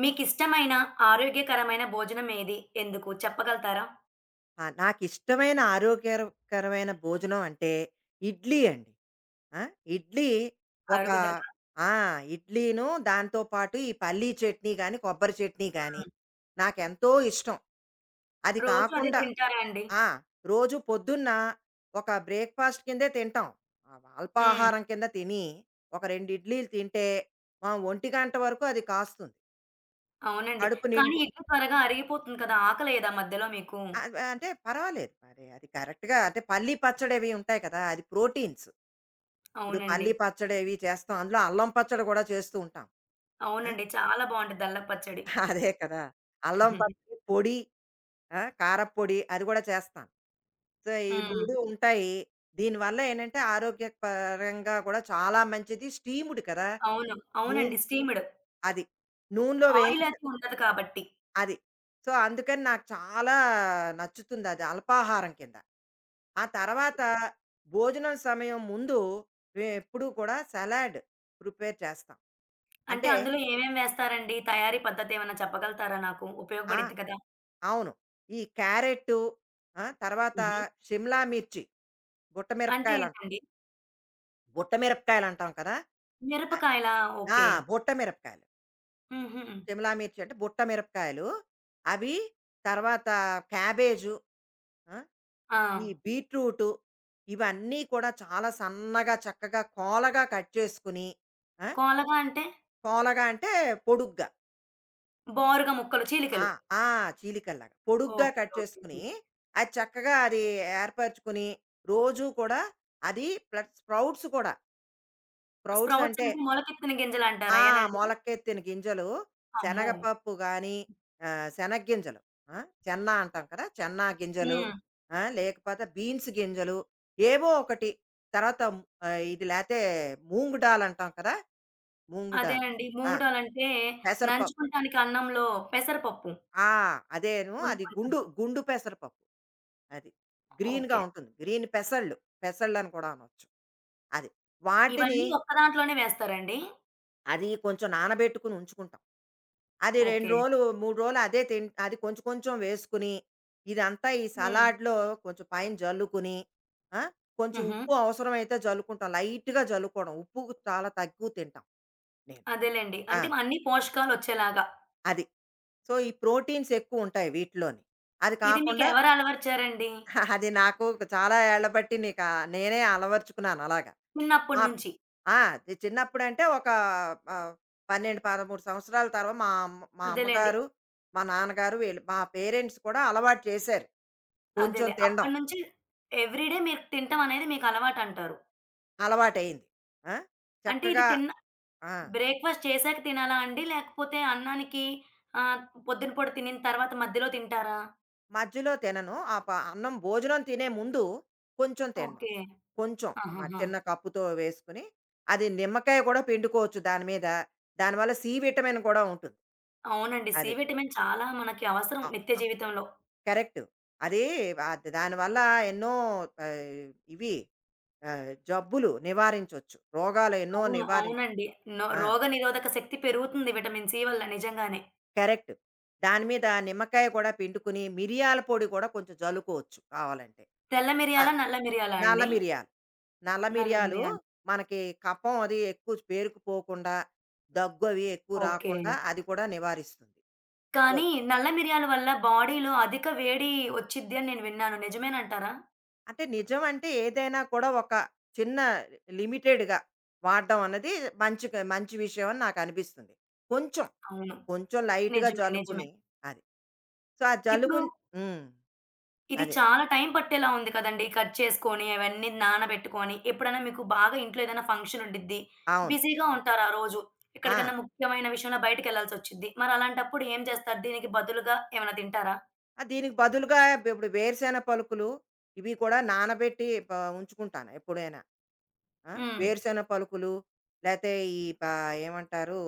మీకిష్టమైన ఆరోగ్యకరమైన భోజనం ఏది? ఎందుకు? చెప్పగలుగుతారా? ఆ! నాకిష్టమైన ఆరోగ్యకరమైన భోజనం అంటే ఇడ్లీ అండి. ఆ! ఇడ్లీ ఒక అరుగుదల. ఆ! ఇడ్లీను దాంతో పాటు ఈ పల్లీ చట్నీ గాని, కొబ్బరి చట్నీ గాని హ్మ్. నాకెంతో ఇష్టం. అది రోజు అదే కాకుండా తింటారా అండి? ఆ! రోజు పొద్దున్న ఒక బ్రేక్‌ఫాస్ట్ కిందే తింటాం. హ్మ్. అల్పాహారం కింద తిని ఒక 2 ఇడ్లీలు తింటే మా ఒంటి గంట వరకు అది కాస్తుంది. అవునండి. కడుపు కానీ నిండు ఇడ్లీ త్వరగా అరిగిపోతుంది కదా! ఆకలేయదా మధ్యలో మీకు? అ అంటే పర్వాలేదు. మరి అది కరెక్ట్‌గా అంటే పల్లీ పచ్చడవి ఉంటాయి కదా! అది ప్రోటీన్స్. ఇప్పుడు అవునండి. పల్లీ పచ్చడవి చేస్తాం. అందులో అల్లం పచ్చడి గూడా చేస్తూ ఉంటాం. ఆ! అవునండి. చాలా బావుంటది దళ్ళపు పచ్చడి. అదే కదా! అల్లం హ్మ్. పచ్చడి, పొడి ఆ! కారప్పొడి అది గూడా చేస్తాం. సో, ఈ 3 ఉంటాయి. దీనివల్ల ఏంటంటే ఆరోగ్యపరంగా కూడా చాలా మంచిది. స్టీముడు కదా! అవును. నూనె అవునండి. స్టీమ్‌డ్. అది. నూనెలో ఆయిల్ వేయించ అది ఉండదు కాబట్టి. అది. సో, అందుకని నాకు చాలా నచ్చుతుందది అల్పాహారం కింద. ఆ తర్వాత భోజనం సమయం ముందు మేమెప్పుడూ కూడా సలాడ్ ప్రిపేర్ చేస్తాం. అంటే అంటే అందులో ఏమేం వేస్తారండి? తయారీ పద్ధతేమన్నా చెప్పగలుగుతారా నాకు? ఆ! ఉపయోగపడిద్ది కదా! అవును. ఈ క్యారెట్టు ఆ! తర్వాత హుహు. షిమ్లా మిర్చి, బుట్ట అంటే మిరపకాయలం ఏంటండి? బుట్ట మిరపకాయలంటాం కదా! అ మిరపకాయలా? ఆ! ఓకే. బుట్ట మిరపకాయలు. హుహు. షిమ్లా మిర్చి అంటే బుట్ట మిరపకాయలు. అవి తర్వాత క్యాబేజు. ఆ! ఆ! ఈ బీట్రూటు, ఇవన్నీ కూడా చాలా సన్నగా చక్కగా కోలగా కట్ చేసుకుని, ఆ! కోలగా అంటే? కోలగా అంటే పొడుగ్గా. బోరుగా ముక్కలు, ఆ! చీలికలు. ఆ! చీలికల్లాగా. పొడుగ్గా ఓకే, కట్ చేసుకుని, ఓకే. అది చక్కగా అది ఏర్పరచుకుని, రోజూ కూడా అది ప్లస్ స్ప్రౌట్స్ కూడా. స్ప్రౌట్స్ స్ప్రౌట్స్ అంటే అంటే మొలకెత్తిన గింజలంటారు ఆ! అయేనండి? మొలకెత్తిన గింజలు, అమ్మో! శనగపప్పు గానీ, శనగ్గింజలు ఆ! చెన్నా అంటాం కదా! చెన్నా గింజలు, హ్మ్. ఆ! లేకపోతే బీన్స్ గింజలు ఏవో ఒకటి. తర్వాత ఇది లేతే మూంగ్ డాల్ అంటాం కదా! మూంగ్ అదే డాల్. అండి. ఆ! ముంగుటాలంటే పెసరపప్పు. నంచుకుంటానికి అన్నంలో పెసరపప్పు ఆ! అదేను. అది కొనుక్కుంటాం. గుండు పెసరపప్పు. అది. గ్రీన్‌గా ఓకే. ఉంటుంది. గ్రీన్ పెసళ్ళు. పెసళ్ళని కూడా అనొచ్చు. అది. వాటిని ఇవన్నీ ఒక్క దాంట్లోనే వేస్తారండి? అది కొంచెం నానబెట్టుకుని ఉంచుకుంటాం. అది 2 ఓకే. రోజులు, 3 రోజులు అదే తిన్ అది కొంచెం కొంచెం వేసుకుని, ఇదంతా ఈ హ్మ్. సలాడ్‌లో కొంచెం పైన జల్లుకుని, ఆ! కొంచెం హుహు. ఉప్పు అవసరమైతే జల్లుకుంటాం. లైట్‌గా జల్లుకోవడం. ఉప్పు చాలా తక్కువ తింటాం నేను. అదేలెండి. ఆ! అంటే అన్ని పోషకాలొచ్చేలాగా. అది. సో, ఈ ప్రోటీన్స్ ఎక్కువుంటాయి వీటిలోని. అది ఇది మీకు కాకుండా ఎవరు అలవరిచారండి? అది నాకు చాలా ఏళ్ల బట్టి నీకా నేనే అలవరుచుకున్నాను అలాగా. ఆ చిన్నప్పటి నుంచి. ఆ! అది చిన్నప్పుడంటే ఒక ఆహ్, 12, 13 సంవత్సరాల తర్వా మా అదేలెండి. అమ్మగారు, మా నాన్నగారు వీళ్ళు మా పేరెంట్స్ కూడా అలవాటు చేశారు. కొంచెం అదేలే, తినడం అప్పటి నుంచి ఎవ్రీ డే మీరు తినటం అనేది మీకు అలవాటంటారు. అలవాటయింది. ఆ! అంటే ఇది చక్కగా తిన్న ఆ! బ్రేక్‌ఫాస్ట్ చేశాక తినాలా అండి? లేకపోతే అన్నానికి ఆహ్, పొద్దున పూట తినిన తర్వాత మధ్యలో తింటారా? మధ్యలో తినను. ఆ ప అన్నం భోజనం తినే ముందు కొంచెం తినడం. ఓకే. కొంచెం మా ఆహాహా! చిన్న కప్పుతో వేసుకుని, అది నిమ్మకాయ కూడా పిండుకోవచ్చు దాని మీద. దానివల్ల సి విటమిన్ కూడా ఉంటుంది. అవునండి. సి అది. విటమిన్ చాలా మనకి అవసరం ఆ! నిత్య జీవితంలో. కరెక్ట్. అది దానివల్ల ఎన్నో ఆహ్, ఇవి ఆ, జబ్బులు నివారించవచ్చు రోగాలు ఎన్నో అవును, నివారించవచ్చు అవునండి. నో, రోగనిరోధక శక్తి పెరుగుతుంది విటమిన్ సి వల్ల నిజంగానే. కరెక్ట్ దాని మీద నిమ్మకాయ కూడా పిండుకుని మిరియాల పొడి కూడా కొంచెం జలుకోవచ్చు కావాలంటే తెల్ల ఆ, మిరియాలా? నల్ల మిరియాలా నల్ల అండి? మిరియాలు నల్ల నల్ల మిరియాలు మిరియాలు. మనకి కఫం అది ఎక్కువ పేరుకుపోకుండా దగ్గు అవి ఎక్కువ ఓకే. రాకుండా అది కూడా నివారిస్తుంది సో, కానీ నల్ల మిరియాల వల్ల బాడీలో అధిక వేడి ఒచ్చిద్ది అని నేను విన్నాను. నిజమేనంటారా? అంటే నిజం అంటే ఏదైనా కూడా ఒక చిన్న లిమిటెడ్గా వాడడం అన్నది మంచి మంచి విషయం అని నాకు అనిపిస్తుంది కొంచెం అవును. కొంచెం లైట్గా నిజమే, నిజమే. జలుకుని అది సో, ఆ ఇప్పుడు జల్లుకుని హ్మ్. ఇది అదే. చాలా టైం పట్టేలా ఉంది కదండీ! కట్ చేసుకొని, అవన్నీ నానబెట్టుకొని. ఎప్పుడైనా మీకు బాగా ఇంట్లో ఏదైనా ఫంక్షన్ ఉండిద్ది. అవును. బిజీగా ఉంటారు ఆ రోజు. ఆ! ఎక్కడికన్నా ముఖ్యమైన విషయంలో బయటికెళ్ళాల్సొచ్చిద్ది. మరి అలాంటప్పుడు ఏం చేస్తారు? దీనికి బదులుగా ఏమైనా తింటారా? ఆ! దీనికి బదులుగా ఇప్పుడు వేరుశెన పలుకులు ఇవి కూడా నానబెట్టి ప ఉంచుకుంటాను ఎప్పుడైనా. ఆ! హ్మ్. వేరుశెన పలుకులు లేతే ఈ ప ఏమంటారు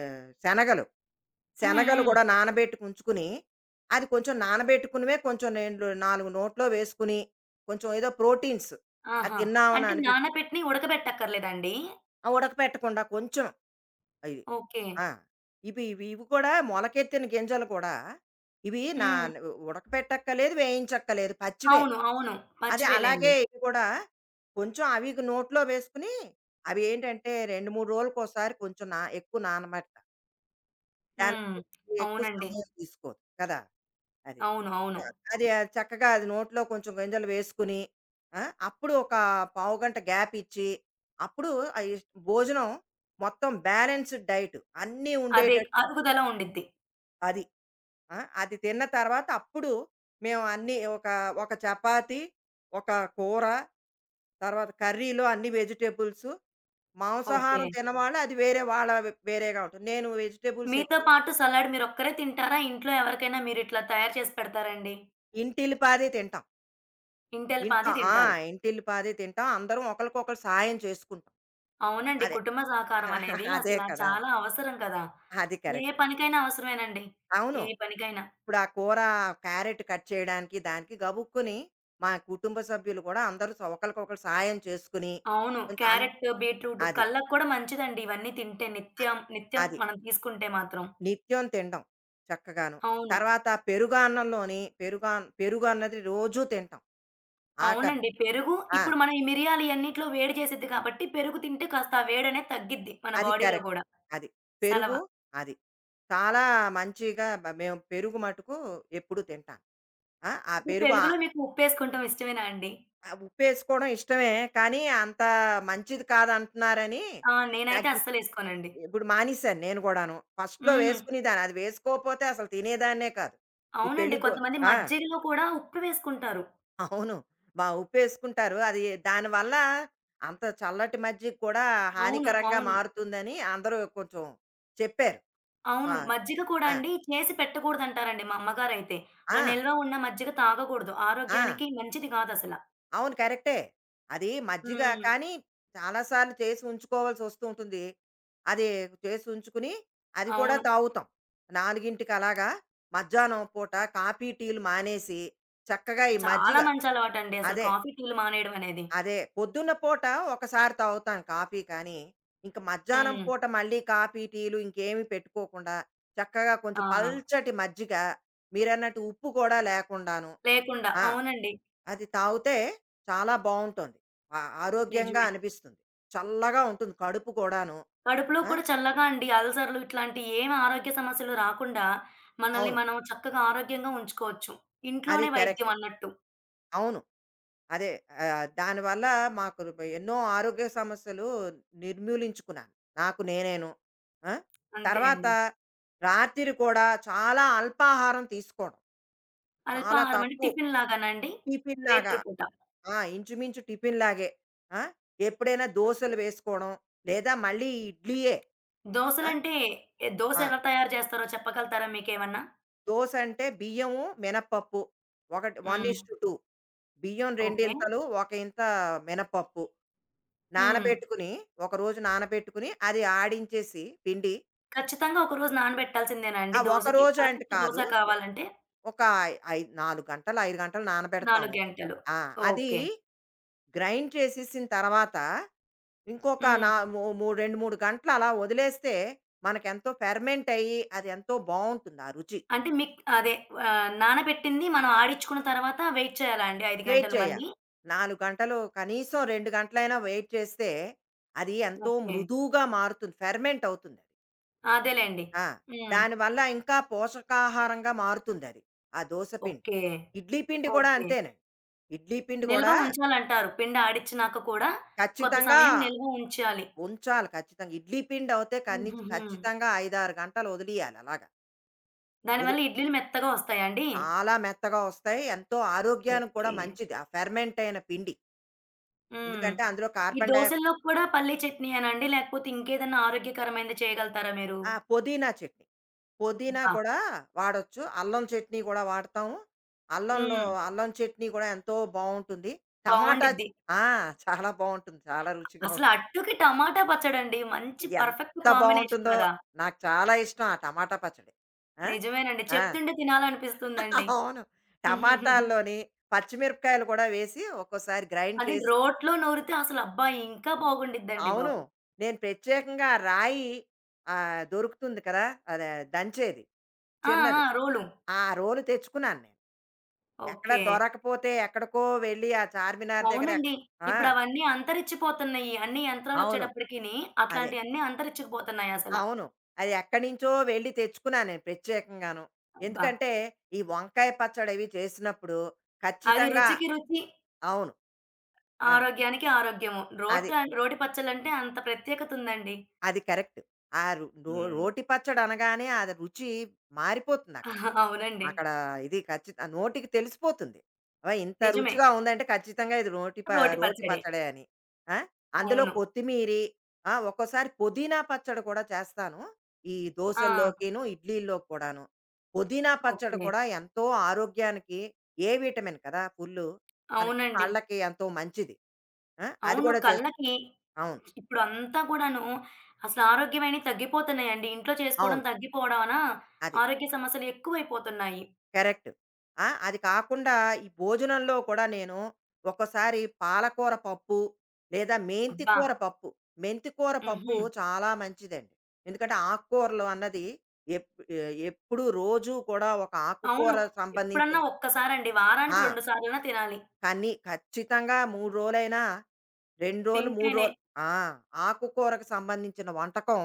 శనగలు. హ్మ్. శనగలు హ్మ్. కూడా నానబెట్టుకు ఉంచుకుని, అది కొంచెం నానబెట్టుకునివే కొంచెం 2, 4 నోట్లో వేసుకుని, కొంచెం ఏదో ప్రోటీన్స్ అది ఆహా! తిన్నామని అంటే అనిపించి నానబెట్టినయి ఉడకబెట్టక్కర్లేదండి? ఆ! ఉడకపెట్టకుండా కొంచెం ఇది. ఓకే. ఆ! ఇవి ఇవి ఇవి కూడా మొలకెత్తిన గింజలు కూడా ఇవి నా హ్మ్. ఉడకపెట్టక్కర్లేదు, వేయించక్కర్లేదు పచ్చివే. అవును, అవును. అది అలాగే మర్చిపోయాలేండి. ఇవి కూడా కొంచెం అవి నోట్లో వేసుకొని అవి ఏంటంటే 2, 3 రోజులకోసారి కొంచెం నా ఎక్కువ నానబెడతా. దానికి హ్మ్. ఎక్కువ అవునండి. సమయం తీసుకోదు కదా! అది. అవును, అవును. అది ఆ చక్కగా అది నోట్లో కొంచెం గింజలు వేసుకుని, ఆ! అప్పుడు ఒక పావుగంట గ్యాప్ ఇచ్చి, అప్పుడు ఇష్ భోజనం మొత్తం బ్యాలెన్స్‌డ్ డైట్ అన్నీ అదే ఉండేటట్టు అరుగుదల ఉండిద్ది. అది. ఆ! అది తిన్న తర్వాత అప్పుడు మేము అన్నీ ఒక, ఒక చపాతీ, ఒక కూర, తర్వాత కర్రీలో అన్ని వెజిటబుల్సు, ఓకే. మాంసాహారం తినవాళ్ళు అది వేరే వాళ్ళ వేరేగా ఉంటుంది. నేను వెజిటబుల్స్ మీతో ఎక్కువ పాటు సలాడ్ మీరొక్కరే తింటారా? ఇంట్లో ఎవరికైనా మీరిట్లా తయారు చేసి పెడతారండి? ఇంటిల్లిపాదే తింటాం. ఇంటెళ్ళపాది ఇంట్లో ఆ! తింటారు. ఇంటిల్లిపాదే తింటాం. అందరం ఒకళ్ళకొకళ్ళు సాయం చేసుకుంటాం. అవునండి. అదే. కుటుంబ సహకారం అనేది అదే అసల కదా! చాలా అవసరం కదా! అది ఏ కరెక్ట్. పనికైనా అవసరమేనండి. అవును. ఏ పనికైనా. ఇప్పుడు ఆ కూర క్యారెట్ కట్ చేయడానికి దానికి గబుక్కుని మా కుటుంబ సభ్యులు కూడా అందరూ స ఒకళ్ళకొకళ్ళు సహాయం చేసుకుని అవును. కొంచెం అన్ క్యారెట్, బీట్రూట్ అది. కళ్ళకు కూడా మంచిదండి ఇవన్నీ తింటే అ నిత్యం, నిత్యం అది. మనం తీసుకుంటే మాత్రం. నిత్యం తినడం చక్కగాను. అవును. తర్వాత పెరుగన్నంలోని పెరుగన్ పెరుగు అన్- పెరుగు అన్నది రోజూ తింటాం ఆఖరిన. అవునండి. పెరుగు ఆ! ఇప్పుడు మనం ఈ మిరియాలు ఇయన్నిట్లో వేడి చేసిద్ది కాబట్టి పెరుగు తింటే కాస్త ఆ వేడనేది తగ్గిద్ది మన అది బాడీలో కరెక్ట్. గూడా. అది. సలవ. పెరుగు అది. చాలా మంచిగా మ మేము పెరుగు మటుకు ఎప్పుడూ తింటాం. ఆ! ఆ ఇప్పుడు పెరుగు ఆ పెరుగులో మీకు ఉప్పేసుకుంటం ఇష్టమేనా అండి? ఆ! ఉప్పేసుకోవడం ఇష్టమే. కానీ అంత మంచిది కాదంటున్నారని ఆ! నేనైతే తగ్గిచ్ అస్సలేసుకోనండి. ఇప్పుడు మానేశాను నేను గూడాను. ఫస్ట్‌లో హ్మ్. వేసుకునేదాన్ని. అది వేసుకోపోతే అసలు తినేదాన్నే కాదు. ఈ అవునండి. పెళ్లి భో కొంతమంది ఆ! మజ్జిగలో కూడా ఉప్పు వేసుకుంటారు. అవును. మా ఉప్పేసుకుంటారు. అది దానివల్ల అంత చల్లటి మజ్జిగ కూడా అవును, హానికరంగా అవును. మారుతుందని అందరూ కొంచెం చెప్పారు. అవును. మా మజ్జిగ కూడా ఆ! అండి చేసి పెట్టకూడదంటారండి మా అమ్మగారైతే. ఆ! అలా నిల్వ ఉన్న మజ్జిగ తాగకూడదు. ఆ! ఆరోగ్యానికి మంచిది కాదసల. అవును కరెక్టే. అది మజ్జిగ హ్మ్. కానీ చాలా సార్లు చేసి ఉంచుకోవాల్సి వస్తూ ఉంటుంది. అది చేసి ఉంచుకుని అది కూడా అవును. తాగుతాం. 4కి అలాగా మధ్యాహ్నం పూట కాఫీ, టీలు మానేసి చక్కగా ఈ చాలా మజ్జిగ మంచి అలవాటండి అసలు అదే. కాఫీ, టీలు మానేయడం అనేది. అదే. పొద్దున్న పూట ఒకసారి తాగుతాను కాఫీ కానీ, ఇంక మధ్యాహ్నం హ్మ్. పూట మళ్ళీ కాఫీ, టీలు ఇంకేమి పెట్టుకోకుండా చక్కగా కొంచెం ఆ! పల్చటి మజ్జిగ మీరన్నట్టు ఉప్పు కూడా లేకుండాను. లేకుండా. ఆ! అవునండి. అది తాగితే చాలా బావుంటుంది. ఆ ఆరోగ్యంగా నిజమే. అనిపిస్తుంది. చల్లగా ఉంటుంది కడుపు కూడాను. కడుపులో ఆ! కూడా చల్లగా అండి అల్సర్‌లు ఇట్లాంటి ఏమి ఆరోగ్య సమస్యలు రాకుండా మనల్ని అవును. మనం చక్కగా ఆరోగ్యంగా ఉంచుకోవచ్చు. అది ఇంట్లోనే కరెక్ట్. వైద్యం అన్నట్టు. అవును. అదే దానివల్ల మాకు ఎన్నో ఆరోగ్య సమస్యలు నిర్మూలించుకున్నాను. నాకు నేనేను. ఆ! అంతే తర్వాత అండి. రాత్రి కూడా చాలా అల్పాహారం తీసుకోవడం. చాలా అల్పాహారం అంటే తక్కువ టిఫిన్ లాగానండి? టిఫిన్‌లాగా రేత్రి పూట. ఆ! ఇంచుమించు టిఫిన్‌లాగే. ఆ! ఎప్పుడైనా దోసలు వేసుకోవడం. లేదా మళ్ళీ ఇడ్లీయే. ఆ! దోసలంటే ఎ దోస ఆ! ఎలా తయారు చేస్తారో చెప్పగలుగుతారా మీకేమన్నా? దోస అంటే బియ్యము, మినపప్పు. ఒకటి హ్మ్. 1:2 బియ్యం ఓకే. రెండింతలు, ఒక ఇంత మినపప్పు. హ్మ్. నానబెట్టుకుని, ఒక రోజు నానబెట్టుకుని, అది ఆడించేసి పిండి. ఖచ్చితంగా ఒకరోజు నానబెట్టాల్సిందేనా ఆ అండి ఒక దోసకి? రోజు అంటే పర్ఫెక్ట్ దోస కాదు. ఒ కావాలంటే ఒక ఐ 4 గంటలు, 5 గంటలు 4 నానబెడతాము. గంటలు. ఆ! అది ఓకే. గ్రైండ్ చేసేసిన తర్వాత, ఇంకొక హ్మ్. నా మూ మూ 2, 3 గంటలు అలా వదిలేస్తే, మనకెంతో ఫెర్మెంట్ అయ్యి, అది ఎంతో బావుంటుంది ఆ రుచి. అంటే మీక్ అదే నానబెట్టింది మనం ఆడించుకున్న తర్వాత వెయిట్ చేయాలా అండి 5 వెయిట్ గంటలు చేయాలి. మళ్ళీ? 4 గంటలు కనీసం 2 గంటలైనా వెయిట్ చేస్తే, అది ఎంతో ఓకే. మృదువుగా మారుతుంది. ఫెర్మెంట్ అవుతుందది. అదేలెండి. ఆ! హ్మ్. దానివల్ల ఇంకా పోషకాహారంగా మారుతుందది. ఆ దోస పిండి. ఓకే, ఇడ్లీ పిండి కూడా ఓకే. అంతేనండి. ఇడ్లీ పిండి నిల్వ కూడా ఉంచాలంటారు. పిండి ఆడిచ్చినాక కూడా కొంత ఖచ్చితంగా సమయం నిల్వ ఉంచాలి. ఉంచాలి ఖచ్చితంగా. ఇడ్లీ పిండి అయితే కని హుహుహు. ఖచ్చితంగా 5, 6 గంటలు వదిలియాలి అలాగా. దానివల్ల వదిలి ఇడ్లీలు మెత్తగా వస్తాయా అండి? చాలా మెత్తగా వస్తాయి. ఎంతో ఓహ్! ఆరోగ్యానికి కూడా ఓకే. మంచిది. ఆ ఫెర్మెంట్ అయిన పిండి. హ్మ్. ఎందుకంటే అందులో ఈ కార్బన్ డై దోసల్లో కూడా పల్లీ చట్నీ అనండి? లేకపోతే ఇంకేదన్నా ఆరోగ్యకరమైనది చేయగలుగుతారా మీరు? ఆ! పుదీనా చట్నీ. పుదీనా అబ్బా! కూడా వాడొచ్చు. అల్లం చట్నీ గూడా వాడతాము. అల్లంలో హ్మ్. అల్లం చట్నీ గూడా ఎంతో బావుంటుంది. టమాటా బావుండిద్ది. ఆ! చాలా బావుంటుంది. చాలా రుచిగా అసలు ఉంటుంది. అట్టుకి టమాటా పచ్చడండి. మంచి పర్ఫెక్ట్ ఎంత కాంబినేషన్ బావుంటుందో! కదా! నాకు చాలా ఇష్టం ఆ టమాటా పచ్చడి. ఆ! నిజమేనండి. ఆ! చెప్తుంటే తినాలనిపిస్తుందండి. అవును. టమాటాల్లోని పచ్చిమిరపకాయలు కూడా వేసి ఒక్కోసారి గ్రైండ్ అది చేసి రోట్లో నూరితే అసలు అబ్బా! ఇంకా బాగుండిద్దండి అవును. బాబు. నేను ప్రత్యేకంగా రాయి దొరుకుతుంది కదా! అదే దంచేది ఆ! ఆ! చిన్నది. రోలు. ఆ రోలు తెచ్చుకున్నాను నేను. ఎక్కడ ఓకే. దొరకపోతే ఎక్కడికో వెళ్ళి ఆ చార్మినార్ దగ్గర అవునండి. ఎక్క- ఆ ఇప్పుడవన్నీ అంతరించిపోతున్నాయి. అన్ని అవును యంత్రాలొచ్చేటప్పటికిని అదే అట్లాంటియన్నీ అంతరించుకుపోతున్నాయసల. అవును అది ఎక్కడి నుంచో వెళ్ళి తెచ్చుకున్నాను నేను ప్రత్యేకంగాను అబ్బా! ఎందుకంటే ఈ వంకాయ పచ్చడి అవి చేసినప్పుడు అది ఖచ్చితంగా రుచికి రుచి, అవును ఆ, ఆరోగ్యానికి ఆరోగ్యము. అది రోట రోటి పచ్చళ్ళంటే అంత ప్రత్యేకతుందండి. అది కరెక్ట్ హ్మ్. రోటి పచ్చడి అనగానే అది రుచి మారిపోతుంది అక్కడ అవునండి. అక్కడ ఇది ఖచ్చిత నోటికి తెలిసిపోతుంది. అబ్బా! ఇంత నిజమే. రుచిగా ఉందంటే ఖచ్చితంగా ఇది రోటి ప రోటి రోటి పచ్చడి. పచ్చడే అని. ఆ! అందులో అవును. కొత్తిమీరి ఆ! ఒక్కోసారి పుదీనా పచ్చడి కూడా చేస్తాను. ఈ ఆ! దోసల్లోకిను, ఇడ్లీల్లోకి కూడాను. పుదీనా పచ్చడి ఓకే. కూడా ఎంతో ఆరోగ్యానికి ఏ విటమిన్ కదా! ఫుల్లు. మనకి అవునండి. కళ్ళకి ఎంతో మంచిది. ఆ! అది అవును. కూడా చేస్ కళ్ళకి అవును. ఇప్పుడంతా కూడాను అసలు ఆరోగ్యమైనయి తగ్గిపోతున్నాయండి. ఇంట్లో చేసుకోవడం అవును. తగ్గిపోవడం వలన అది. ఆరోగ్య సమస్యలు ఎక్కువైపోతున్నాయి. కరెక్ట్. ఆ! అది కాకుండా ఈ భోజనంలో కూడా నేను ఒక్కోసారి పాలకూర పప్పు లేదా మెంతి అబ్బా! కూర పప్పు. మెంతి కూర పప్పు హుహు. చాలా మంచిదండి. ఎందుకంటే ఆకుకూరలు అన్నది ఎప్ ఎప్పుడు రోజు కూడా ఒక ఆకుకూర అవును. ఎప్పుడన్నా సంబంధించిన ఒక్కసారండి. వారానికి ఆ! 2 సార్లైనా తినాలి. కానీ ఖచ్చితంగా 3 రోజులైనా 2 రోజులు, 3 తింటేనే రోజులు ఆ! ఆకుకూరకు సంబంధించిన వంటకం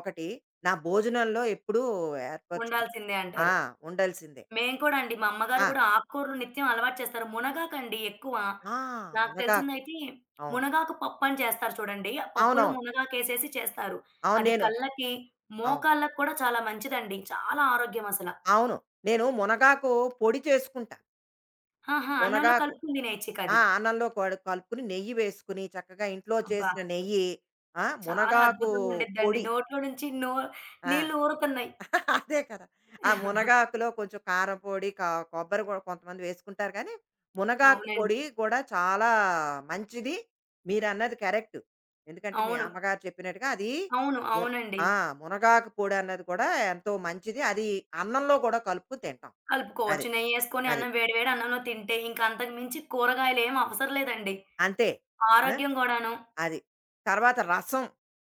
ఒకటి నా భోజనంలో ఎప్పుడూ ఏర్పరచుకుంటాను. ఉండాల్సిందే ఆ! అంటారు. ఉండాల్సిందే. మేము కూడా అండి. మా అమ్మగారు ఆ! కూడా ఆకుకూరలు నిత్యం అలవాటు చేస్తారు. మునగాకండి ఎక్కువ. ఆ! నాకు మునగాకు. తెలిసిందైతే అవును. మునగాకు పప్పు అని చేస్తారు చూడండి. ఆ పప్పులో అవునవును. మునగాకేసేసి చేస్తారు. అవును. అది నేను కళ్ళకి, అవును. మోకాళ్ళకి కూడా చాలా మంచిదండి. చాలా ఆరోగ్యం అసల. అవును. నేను మునగాకు పొడి చేసుకుంటాను. ఆహా! అన్నంలో మునగాకు కలుపుకొని ఆ! తినేయొచ్చికది. అన్నంలో కడు కలుపుకొని, నెయ్యి వేసుకొని, చక్కగా ఇంట్లో అబ్బా! చేసిన నెయ్యి, ఆ! చాలా మునగాకు అద్భుతంగా ఉండిద్దండి. పొడి. నోట్లో నుంచి నో ఆ! నీళ్లు ఊరుతున్నాయి. అదే కదా. ఆ మునగాకులో కొంచెం కారం పొడి, కా కొబ్బరి కూడా కొంతమంది వేసుకుంటారు కానీ, మునగాకు అవునండి. పొడి గూడా చాలా మంచిది. మీరన్నది కరెక్ట్. ఎందుకంటే, మీ అవును, అమ్మగారు చెప్పినట్టుగా అది అవును. ము అవునండి. ఆ! మునగాకు పొడి అన్నది కూడా ఎంతో మంచిది. అది అన్నంలో కూడా కలుపుకొని తింటాం. అది. కలుపుకోవచ్చు. నెయ్యేసుకొని అది. అన్నం వేడి వేడి అన్నంలో తింటే ఇంకా అంతకు మించి కూరగాయలేమి అవసరం లేదండి. అంతే. ఆ! ఆరోగ్యం గూడాను. అది. తర్వాత రసం.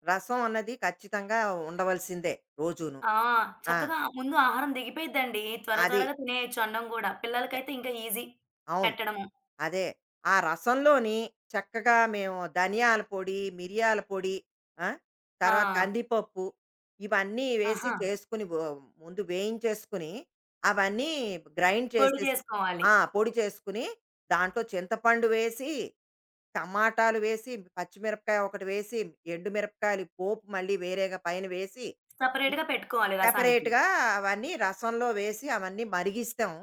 రసం అన్నది ఖచ్చితంగా ఉండవలసిందే రోజును. ఆ! ఆ! చక్కగా ముందు ఆహారం దిగిపోయిద్దండి. త్వర అది. త్వరగా తినేయొచ్చు అన్నం గూడా. పిల్లలకైతే ఇంకా ఈజీ అవును. పెట్టడము. అదే. ఆ రసంలోని చక్కగా మేము ధనియాల పొడి, మిరియాల పొడి, ఆ! తర్వాత ఆ! కందిపప్పు ఇవన్నీ వేసి ఆహా! చేసుకుని వ ముందు వేయించేసుకుని, అవన్నీ గ్రైండ్ పొడి చేసేసి చేసుకోవాలి. ఆ! పొడి చేసుకుని, దాంట్లో చింతపండు వేసి, టమాటాలు వేసి, పచ్చిమిరపకాయ ఒకటి వేసి, ఎండుమిరపకాయలు పోపు మళ్ళీ వేరేగా పైన వేసి, ఇ సెపరేట్‌గా పెట్టుకోవాలి రసానికి. సెపరేట్‌గా అవన్నీ రసంలో వేసి అవన్నీ మరిగిస్తాం.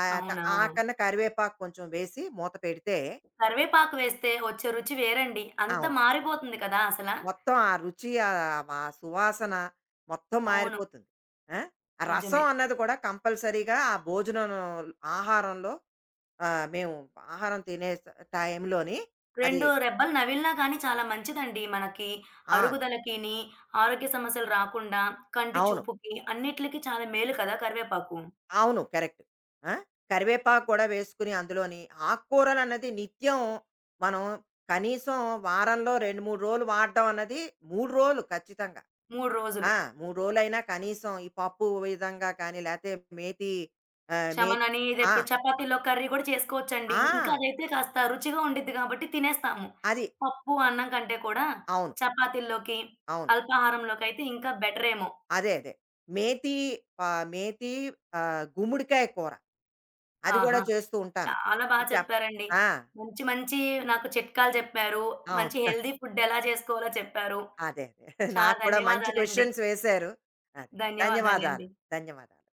ఆ త అవునా? ఆ కన్నా కరివేపాకు కొంచెం వేసి మూత పెడితే కరివేపాకు వేస్తే వచ్చే రుచి వేరండి. అంతా అవును. మారిపోతుంది కదా అసల. మొత్తం ఆ రుచి, ఆ సువాసన మొత్తం అవును. మారిపోతుంది. ఆ! ఆ నిజమే. రసం అన్నది కూడా కంపల్సరీగా ఆ భోజనం ఆహారంలో మేము ఆహారం తినే స టైంలోని అది 2 రెబ్బలు నమిలినా కానీ చాలా మంచిదండి మనకి. ఆ! అరుగుదలకిని, ఆరోగ్య సమస్యలు రాకుండా, కంటి అవును. చూపుకి అన్నిట్లికి చాలా మేలు కదా కరివేపాకు. అవును. కరెక్ట్. ఆ! కరివేపాకు కూడా వేసుకుని అందులోని ఆకుకూరలన్నది నిత్యం మనం కనీసం వారంలో 2, 3 రోజులు వాడడం అన్నది 3 రోజులు ఖచ్చితంగా. 3 రోజులు. ఆ! 3 రోజులైనా కనీసం ఈ పప్పు విధంగా కానీ, లేతే మేతి ఆహ్, మే శమనని ఆ! ఇదెప్పుడు చపాతీలో కర్రీ గూడా చేసుకోవచ్చండి. ఇంకా ఆ! అదైతే కాస్త రుచిగా ఉండిద్ది కాబట్టి తినేస్తాము. అది. పప్పు, అన్నం కంటే కూడా అవును. చపాతీల్లోకి, అవును. అల్పాహారంలోకైతే ఇంకా బెటరేమో. అదే. మేతి మేతి గుమ్మడికాయ కూర. అది గూడా ఆహా! చేస్తూ ఉంటాను. చాలా బా చప చెప్పారండి. ఆ! మంచి మంచి నాకు చిట్కాలు చెప్పారు. మంచి అవును. హెల్తీ ఫుడ్ ఎలా చేసుకోవాలో చెప్పారు. అదే. చాలా నాకు కూడా మంచి ధన్యవాదాలండి. క్వెషన్స్ వేశారు. అదే. ధన్యవాదాలు. ధన్యవాదాలండి. ధన్యవాదాలు.